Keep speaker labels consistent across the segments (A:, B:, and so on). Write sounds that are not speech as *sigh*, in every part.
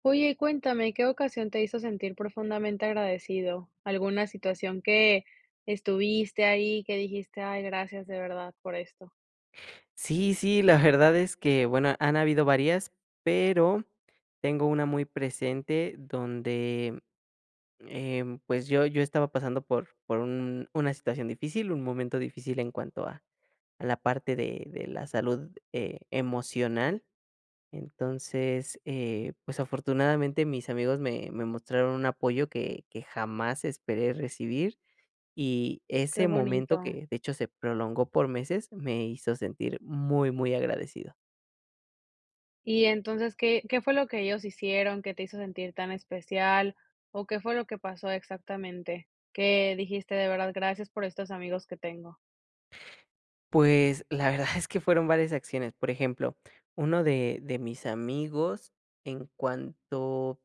A: Oye, y cuéntame, ¿qué ocasión te hizo sentir profundamente agradecido? ¿Alguna situación que estuviste ahí, que dijiste, ay, gracias de verdad por esto?
B: Sí, sí, la verdad es que, bueno, han habido varias, pero tengo una muy presente donde, pues, yo estaba pasando por un una situación difícil, un momento difícil en cuanto a la parte de la salud, emocional. Entonces, pues, afortunadamente mis amigos me mostraron un apoyo que jamás esperé recibir. Y
A: Qué
B: ese momento
A: bonito.
B: que, de hecho, se prolongó por meses, me hizo sentir muy, muy agradecido.
A: Y entonces, ¿qué fue lo que ellos hicieron que te hizo sentir tan especial? ¿O qué fue lo que pasó exactamente? Que dijiste de verdad, gracias por estos amigos que tengo.
B: Pues, la verdad *laughs* es que fueron varias acciones. Por ejemplo, uno de mis amigos, en cuanto,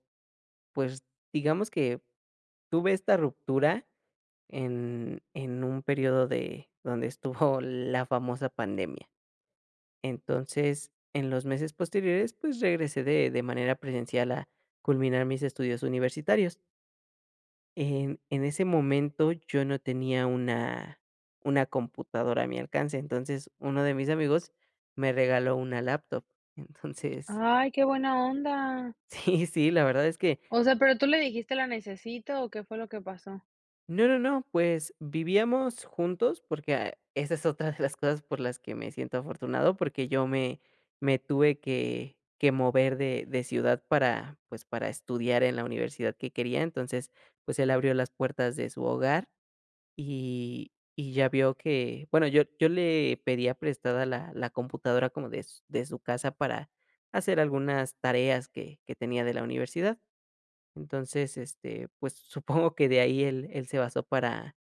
B: pues, digamos que tuve esta ruptura en un periodo de donde estuvo *laughs* la famosa pandemia. Entonces, en los meses posteriores, pues, regresé de manera presencial a culminar mis estudios universitarios. En ese momento, yo no tenía una computadora a mi alcance. Entonces, uno de mis amigos me regaló una laptop. Entonces,
A: Ay, qué buena onda.
B: *laughs* sí, sí, la verdad es que
A: O sea, ¿pero tú le dijiste la necesito o qué fue lo que pasó?
B: no, no, no, pues, vivíamos juntos, porque, ah, esa es otra de las cosas por las que me siento afortunado, porque yo me tuve que mover de ciudad para, pues, para estudiar en la universidad que quería. Entonces, pues, él abrió las puertas de su hogar. Y ya vio que, bueno, yo le pedía prestada la computadora como de su casa para hacer algunas tareas que tenía de la universidad. Entonces, este, pues, *laughs* supongo que de ahí él se basó para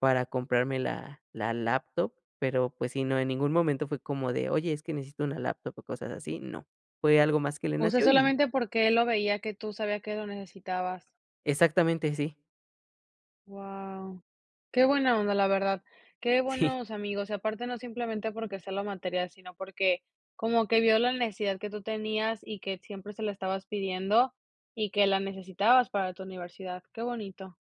B: para comprarme la laptop, pero, pues sí, no, en ningún momento fue como de: "Oye, es que necesito una laptop", o cosas así, no. Fue algo más que le
A: O sea,
B: nació y,
A: solamente porque él lo veía que tú sabías que lo necesitabas.
B: exactamente, sí,
A: Wow. Qué buena onda, la verdad. Qué
B: *laughs* sí,
A: buenos amigos. Y aparte no simplemente porque sea lo material, sino porque como que vio la necesidad que tú tenías y que siempre se la estabas pidiendo y que la necesitabas para tu universidad. Qué bonito.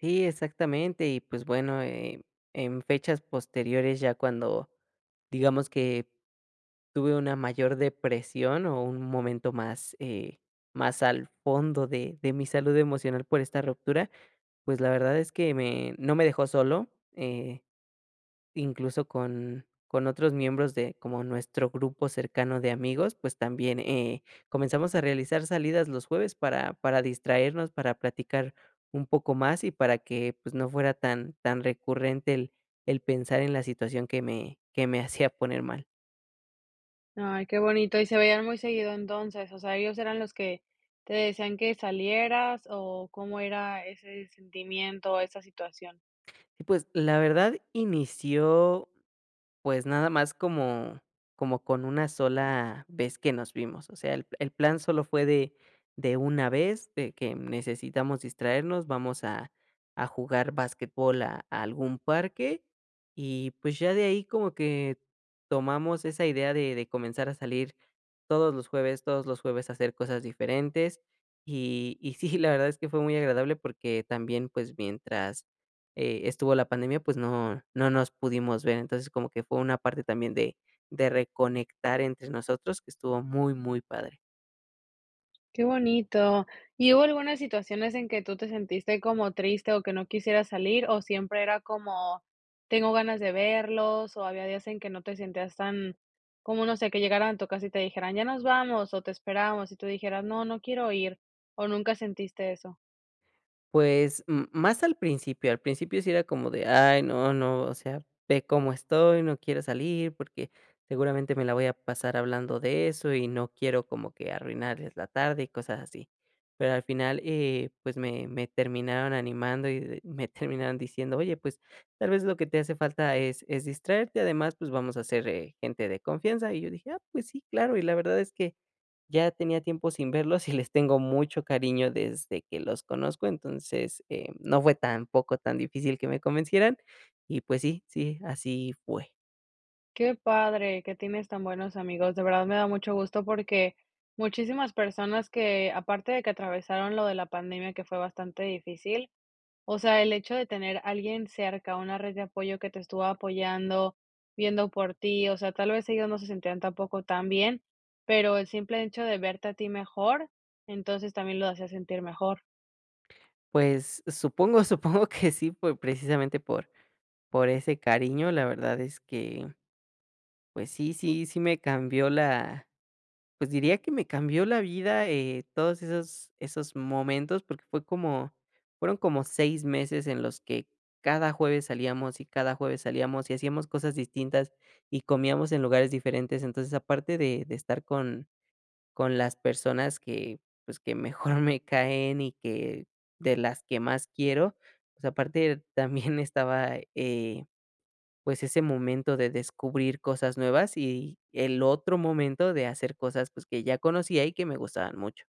B: sí, exactamente. Y, pues, bueno, en fechas posteriores, ya cuando, digamos que tuve una mayor depresión o un momento más, más al fondo de, mi salud emocional por esta ruptura, pues la verdad es que no me dejó solo, eh, incluso con, otros miembros de como nuestro grupo cercano de amigos, pues también comenzamos a realizar salidas los jueves para, distraernos, para platicar un poco más y para que pues no fuera tan, tan recurrente el pensar en la situación que me *laughs* hacía poner mal.
A: Ay, qué bonito. ¿Y se veían muy seguido entonces? O sea, ¿ellos eran los que te decían que salieras o cómo era ese sentimiento, esa situación?
B: Y pues, la verdad inició, pues, nada más como con una sola vez que nos vimos. O sea, el plan solo fue de una vez, de que necesitamos distraernos, vamos a jugar básquetbol a algún parque, y, pues, ya de ahí como que tomamos esa idea de comenzar a salir todos los jueves, hacer cosas diferentes. Y sí, la verdad es que fue muy agradable porque también, pues, mientras, estuvo la pandemia, pues, no nos pudimos ver. Entonces, como que fue una parte también de reconectar entre nosotros, que estuvo muy, muy padre.
A: Qué bonito. ¿Y hubo algunas situaciones en que tú te sentiste como triste o que no quisieras salir, o siempre era como tengo ganas de verlos, o había días en que no te sentías tan, como no sé, que llegaran a tu casa y te dijeran ya nos vamos, o te esperamos, y tú dijeras no, no quiero ir, o nunca sentiste eso?
B: Pues, m más al principio sí era como de: "Ay, no, no, o sea, ve cómo estoy, no quiero salir porque seguramente me la voy a pasar hablando de eso y no quiero como que arruinarles la tarde", y cosas así. Pero al final, pues me terminaron animando y de me *laughs* terminaron diciendo: "Oye, pues tal vez lo que te hace falta es distraerte, además, pues vamos a ser, gente de confianza". Y yo dije: "Ah, pues sí, claro". Y la verdad es que ya tenía tiempo sin verlos y les tengo mucho cariño desde que los conozco. Entonces, no fue tampoco tan difícil que me convencieran y, pues sí, sí, así fue.
A: Qué padre que tienes tan buenos amigos. De verdad me da mucho gusto porque muchísimas personas que, aparte de que atravesaron lo de la pandemia, que fue bastante difícil, o sea, el hecho de tener alguien cerca, una red de apoyo que te estuvo apoyando, viendo por ti, o sea, tal vez ellos no se sentían tampoco tan bien, pero el simple hecho de verte a ti mejor, entonces también lo hacía sentir mejor.
B: Pues supongo *laughs* supongo que sí, por precisamente por ese cariño, la verdad es que, pues sí, sí, sí, me cambió la Pues diría que me cambió la vida, todos esos momentos, porque fueron como 6 meses en los que cada jueves salíamos, y cada jueves salíamos, y hacíamos cosas distintas, y comíamos en lugares diferentes. Entonces, aparte de estar con las personas que, pues, que mejor *laughs* me caen y que de las que más quiero, pues, aparte también estaba, pues, ese momento de descubrir cosas nuevas y el otro momento de hacer cosas, pues, que ya conocía y que me gustaban mucho.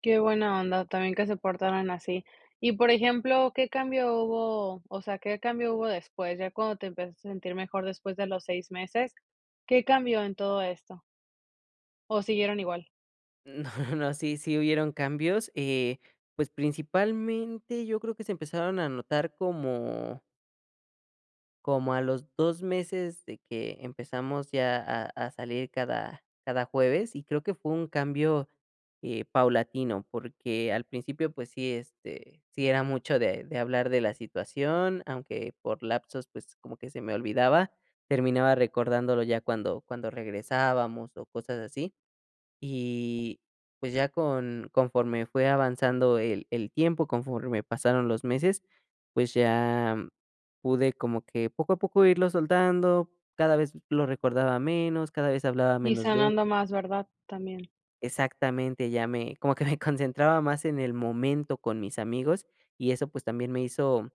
A: Qué buena onda, también que se portaron así. Y por ejemplo, ¿qué cambio hubo? O sea, ¿qué cambio hubo después? Ya cuando te empezaste a sentir mejor después de los 6 meses, ¿qué cambió en todo esto? ¿O siguieron igual?
B: No, *laughs* no, sí, sí hubieron cambios, pues, principalmente yo creo que se empezaron a notar como a los 2 meses de que empezamos ya a salir cada jueves, y creo que fue un cambio, paulatino, porque al principio, pues sí, este, sí era mucho de hablar de la situación, aunque por lapsos, pues, como que se me olvidaba, terminaba recordándolo ya cuando regresábamos o cosas así. Y pues ya conforme fue avanzando el tiempo, conforme pasaron los meses, pues ya pude como que poco a poco irlo soltando, cada vez lo recordaba menos, cada vez hablaba
A: Y
B: menos de él.
A: sanando más, ¿verdad? También.
B: Exactamente, ya me como que me *laughs* concentraba más en el momento con mis amigos y eso pues también me hizo,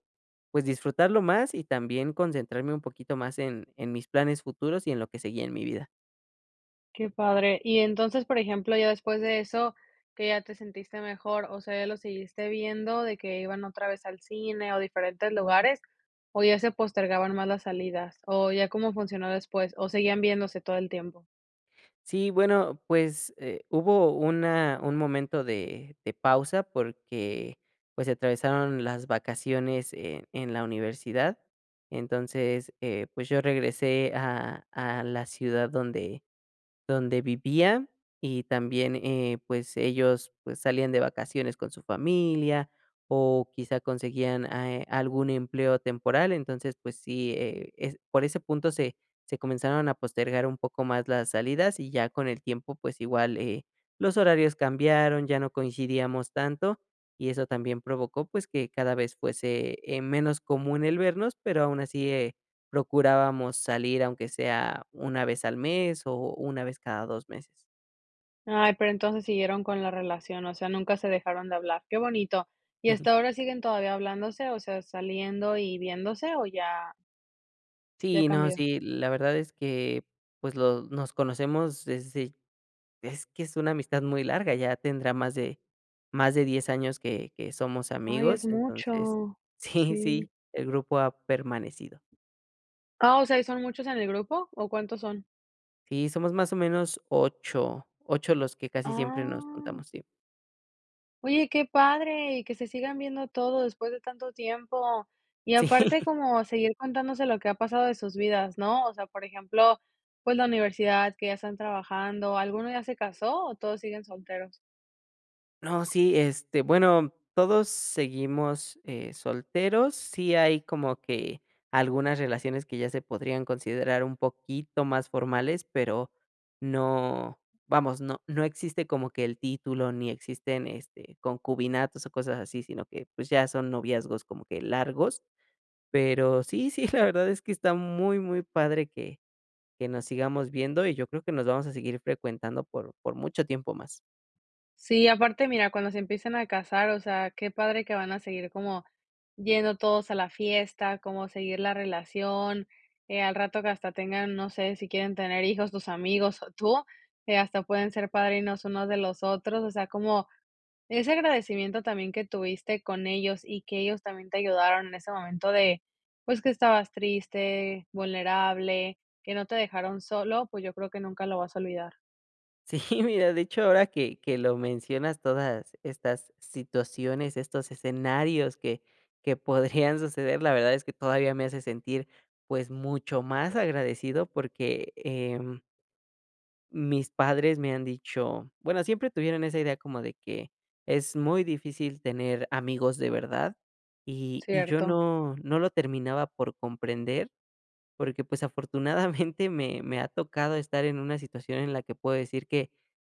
B: pues, disfrutarlo más y también concentrarme un poquito más en mis planes futuros y en lo que seguía en mi vida.
A: Qué padre. Y entonces, por ejemplo, ya después de eso, que ya te sentiste mejor, o sea, ¿ya lo seguiste viendo de que iban otra vez al cine o diferentes lugares, o ya se postergaban más las salidas, o ya cómo funcionó después, o seguían viéndose todo el tiempo?
B: Sí, bueno, pues, hubo una un momento de pausa porque, pues, se atravesaron las vacaciones en la universidad. Entonces, pues, yo regresé a la ciudad donde vivía y también, pues, ellos, pues, salían de vacaciones con su familia o quizá conseguían, algún empleo temporal. Entonces, pues sí, es por ese punto se comenzaron a postergar un poco más las salidas y ya con el tiempo, pues, igual, los horarios cambiaron, ya no coincidíamos tanto, y eso también provocó, pues, que cada vez fuese, menos común el vernos, pero aún así, procurábamos salir, aunque sea una vez al mes o una vez cada 2 meses.
A: Ay, pero entonces siguieron con la relación, o sea, nunca se dejaron de hablar. Qué bonito. ¿Y hasta
B: *laughs*
A: ahora siguen todavía hablándose, o sea, saliendo y viéndose, o ya
B: Sí, no,
A: cambió?
B: sí, la verdad es que, pues, lo nos conocemos desde, es que es una amistad muy larga, ya tendrá más de 10 años que somos
A: Ay, es
B: amigos, entonces *laughs*
A: mucho.
B: sí, sí,
A: Sí.
B: el grupo ha permanecido.
A: Ah, o sea, ¿y son muchos en el grupo, o cuántos son?
B: Sí, somos más o menos ocho los que casi siempre nos
A: Ah,
B: juntamos, sí.
A: oye, qué padre, y que se sigan viendo todo después de tanto tiempo. Y
B: *laughs*
A: aparte
B: Sí.
A: como seguir contándose lo que ha pasado de sus vidas, ¿no? O sea, por ejemplo, pues la universidad, que ya están trabajando, ¿alguno ya se casó o todos siguen solteros?
B: No, sí, este, bueno, todos seguimos, solteros. Sí hay como que algunas relaciones que ya se podrían considerar un poquito más formales, pero no, vamos, no existe como que el título, ni existen, este, concubinatos o cosas así, sino que, pues, ya son noviazgos como que largos. Pero sí, sí, *laughs* la verdad es que está muy, muy padre que nos sigamos viendo, y yo creo que nos vamos a seguir frecuentando por mucho tiempo más.
A: Sí, aparte, mira, cuando se empiecen a casar, o sea, qué padre que van a seguir como yendo todos a la fiesta, como seguir la relación, al rato que hasta tengan, no sé, si quieren tener hijos, tus amigos o tú, hasta pueden ser padrinos unos de los otros, o sea, como ese agradecimiento también que tuviste con ellos y que ellos también te ayudaron en ese momento de, pues que estabas triste, vulnerable, que no te dejaron solo, pues yo creo que nunca lo vas a olvidar,
B: Sí, *laughs* mira, de hecho, ahora que lo mencionas, todas estas situaciones, estos escenarios que podrían *laughs* suceder, la verdad es que todavía me hace sentir, pues, mucho más agradecido porque, mis padres me han dicho, bueno, siempre tuvieron esa idea como de que es muy difícil tener amigos de verdad, y yo
A: ¿cierto?
B: no lo terminaba por comprender, porque, pues, afortunadamente *laughs* me ha tocado estar en una situación en la que puedo decir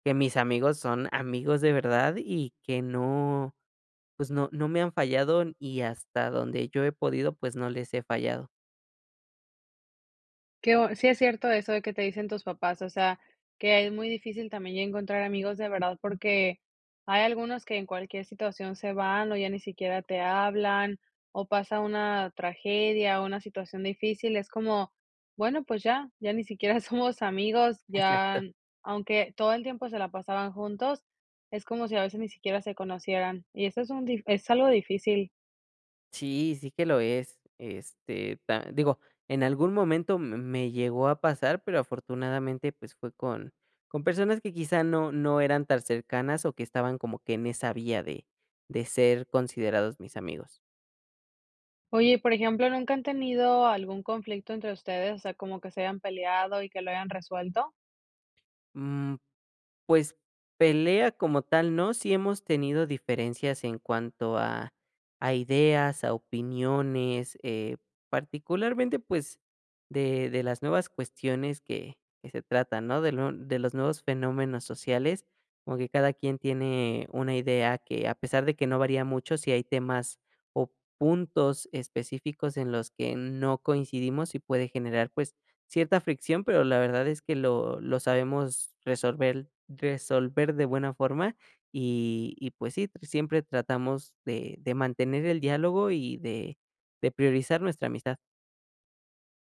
B: que mis amigos son amigos de verdad y que no, pues no, no me han fallado y hasta donde yo he podido, pues no les he fallado.
A: Qué bo, sí es cierto eso de que te dicen tus papás, o sea, que es muy difícil también ya encontrar amigos de verdad, porque hay algunos que en cualquier situación se van o ya ni siquiera te hablan, o pasa una tragedia, o una situación difícil, es como, bueno, pues ya, ya ni siquiera *laughs* somos amigos,
B: Exacto.
A: ya, aunque todo el tiempo se la pasaban juntos, es como si a veces ni siquiera se conocieran, y eso es un dif, es algo difícil.
B: Sí, sí que lo es. Este, digo, en algún momento me llegó a pasar, pero afortunadamente pues fue con personas que quizá no, no eran tan cercanas o que estaban como que en esa vía de ser considerados mis amigos.
A: Oye, y por ejemplo, ¿nunca han tenido algún conflicto entre ustedes? O sea, como que se hayan peleado y que lo hayan resuelto.
B: Mm, Pues, pelea como tal no, sí hemos tenido diferencias en cuanto a ideas, a opiniones, particularmente, pues, de las nuevas cuestiones que se tratan, ¿no? De los nuevos fenómenos sociales, como que cada quien tiene una idea que, a pesar de que no varía mucho, si hay temas o puntos específicos en los que no coincidimos y puede generar, pues, cierta fricción, pero la verdad es que lo sabemos resolver de buena forma y pues sí, siempre tratamos de mantener el diálogo y de priorizar nuestra amistad.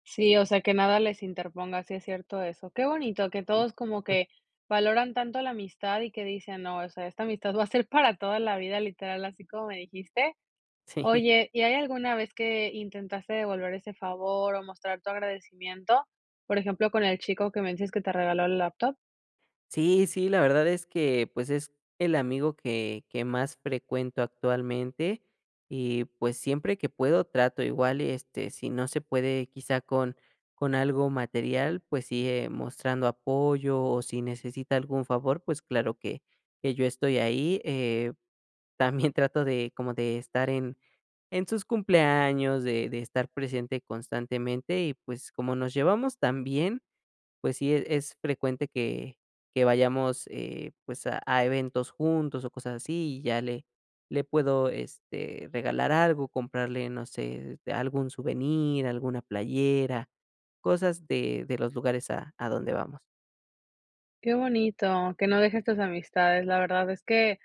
A: Sí, o sea, que nada les interponga, sí es cierto eso. Qué bonito que todos como que
B: *laughs*
A: valoran tanto la amistad y que dicen, no, o sea, esta amistad va a ser para toda la vida, literal, así como me dijiste.
B: Sí.
A: Oye, ¿y hay alguna vez que intentaste devolver ese favor o mostrar tu agradecimiento? Por ejemplo, con el chico que me dices que te regaló el laptop.
B: Sí, sí, la verdad es que, pues, es el amigo que más frecuento actualmente y, pues, siempre que puedo trato igual, este, si no se puede quizá con algo material, pues sí, mostrando apoyo o si necesita algún favor, pues claro que yo estoy ahí. *laughs* También trato de como de estar en sus cumpleaños, de estar presente constantemente y, pues, como nos llevamos también, pues sí, es frecuente que vayamos, pues, a eventos juntos o cosas así, y ya le puedo, este, regalar algo, comprarle, no sé, algún souvenir, alguna playera, cosas de los lugares a donde vamos.
A: Qué bonito, que no dejes tus amistades. La verdad es que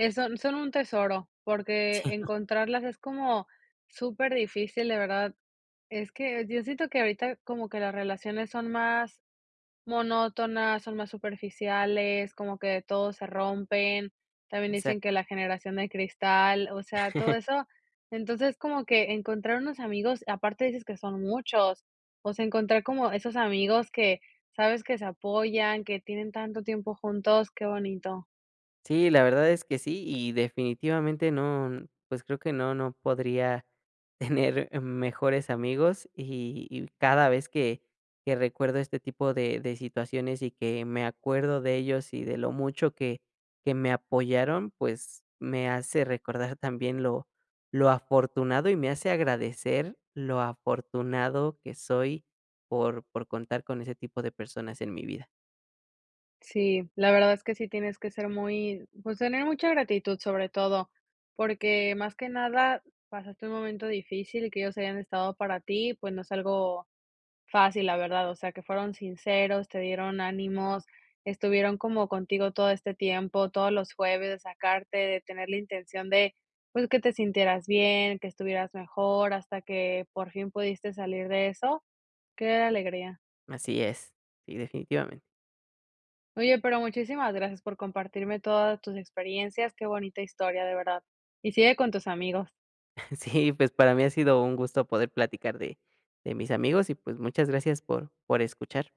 A: eh, son un tesoro, porque
B: Sí,
A: encontrarlas es como súper difícil de verdad. Es que yo siento que ahorita como que las relaciones son más monótonas, son más superficiales, como que todos se rompen. También dicen
B: exacto.
A: que la generación de cristal, o sea, todo eso. Entonces, como que encontrar unos amigos, aparte dices que son muchos, o sea, encontrar como esos amigos que sabes que se apoyan, que tienen tanto tiempo juntos, qué bonito.
B: Sí, la verdad es que sí, y definitivamente no, pues creo que no, no podría *laughs* tener mejores amigos y, cada vez que recuerdo este tipo de situaciones y que me acuerdo de ellos y de lo mucho que me apoyaron, pues me hace recordar también lo afortunado y me hace agradecer lo afortunado que soy por contar con ese tipo de personas en mi vida.
A: Sí, la verdad es que sí tienes que ser muy, pues tener mucha gratitud sobre todo, porque más que nada pasaste un momento difícil y que ellos hayan estado para ti, pues no es algo fácil, la verdad, o sea, que fueron sinceros, te dieron ánimos, estuvieron como contigo todo este tiempo, todos los jueves, de sacarte, de tener la intención de, pues que te sintieras bien, que estuvieras mejor, hasta que por fin pudiste salir de eso. Qué alegría.
B: Así es, sí, definitivamente.
A: Oye, pero muchísimas gracias por compartirme todas tus experiencias. Qué bonita historia, de verdad. Y sigue con tus amigos.
B: *laughs* Sí, pues para mí ha sido un gusto poder platicar de mis amigos y pues muchas gracias por escuchar.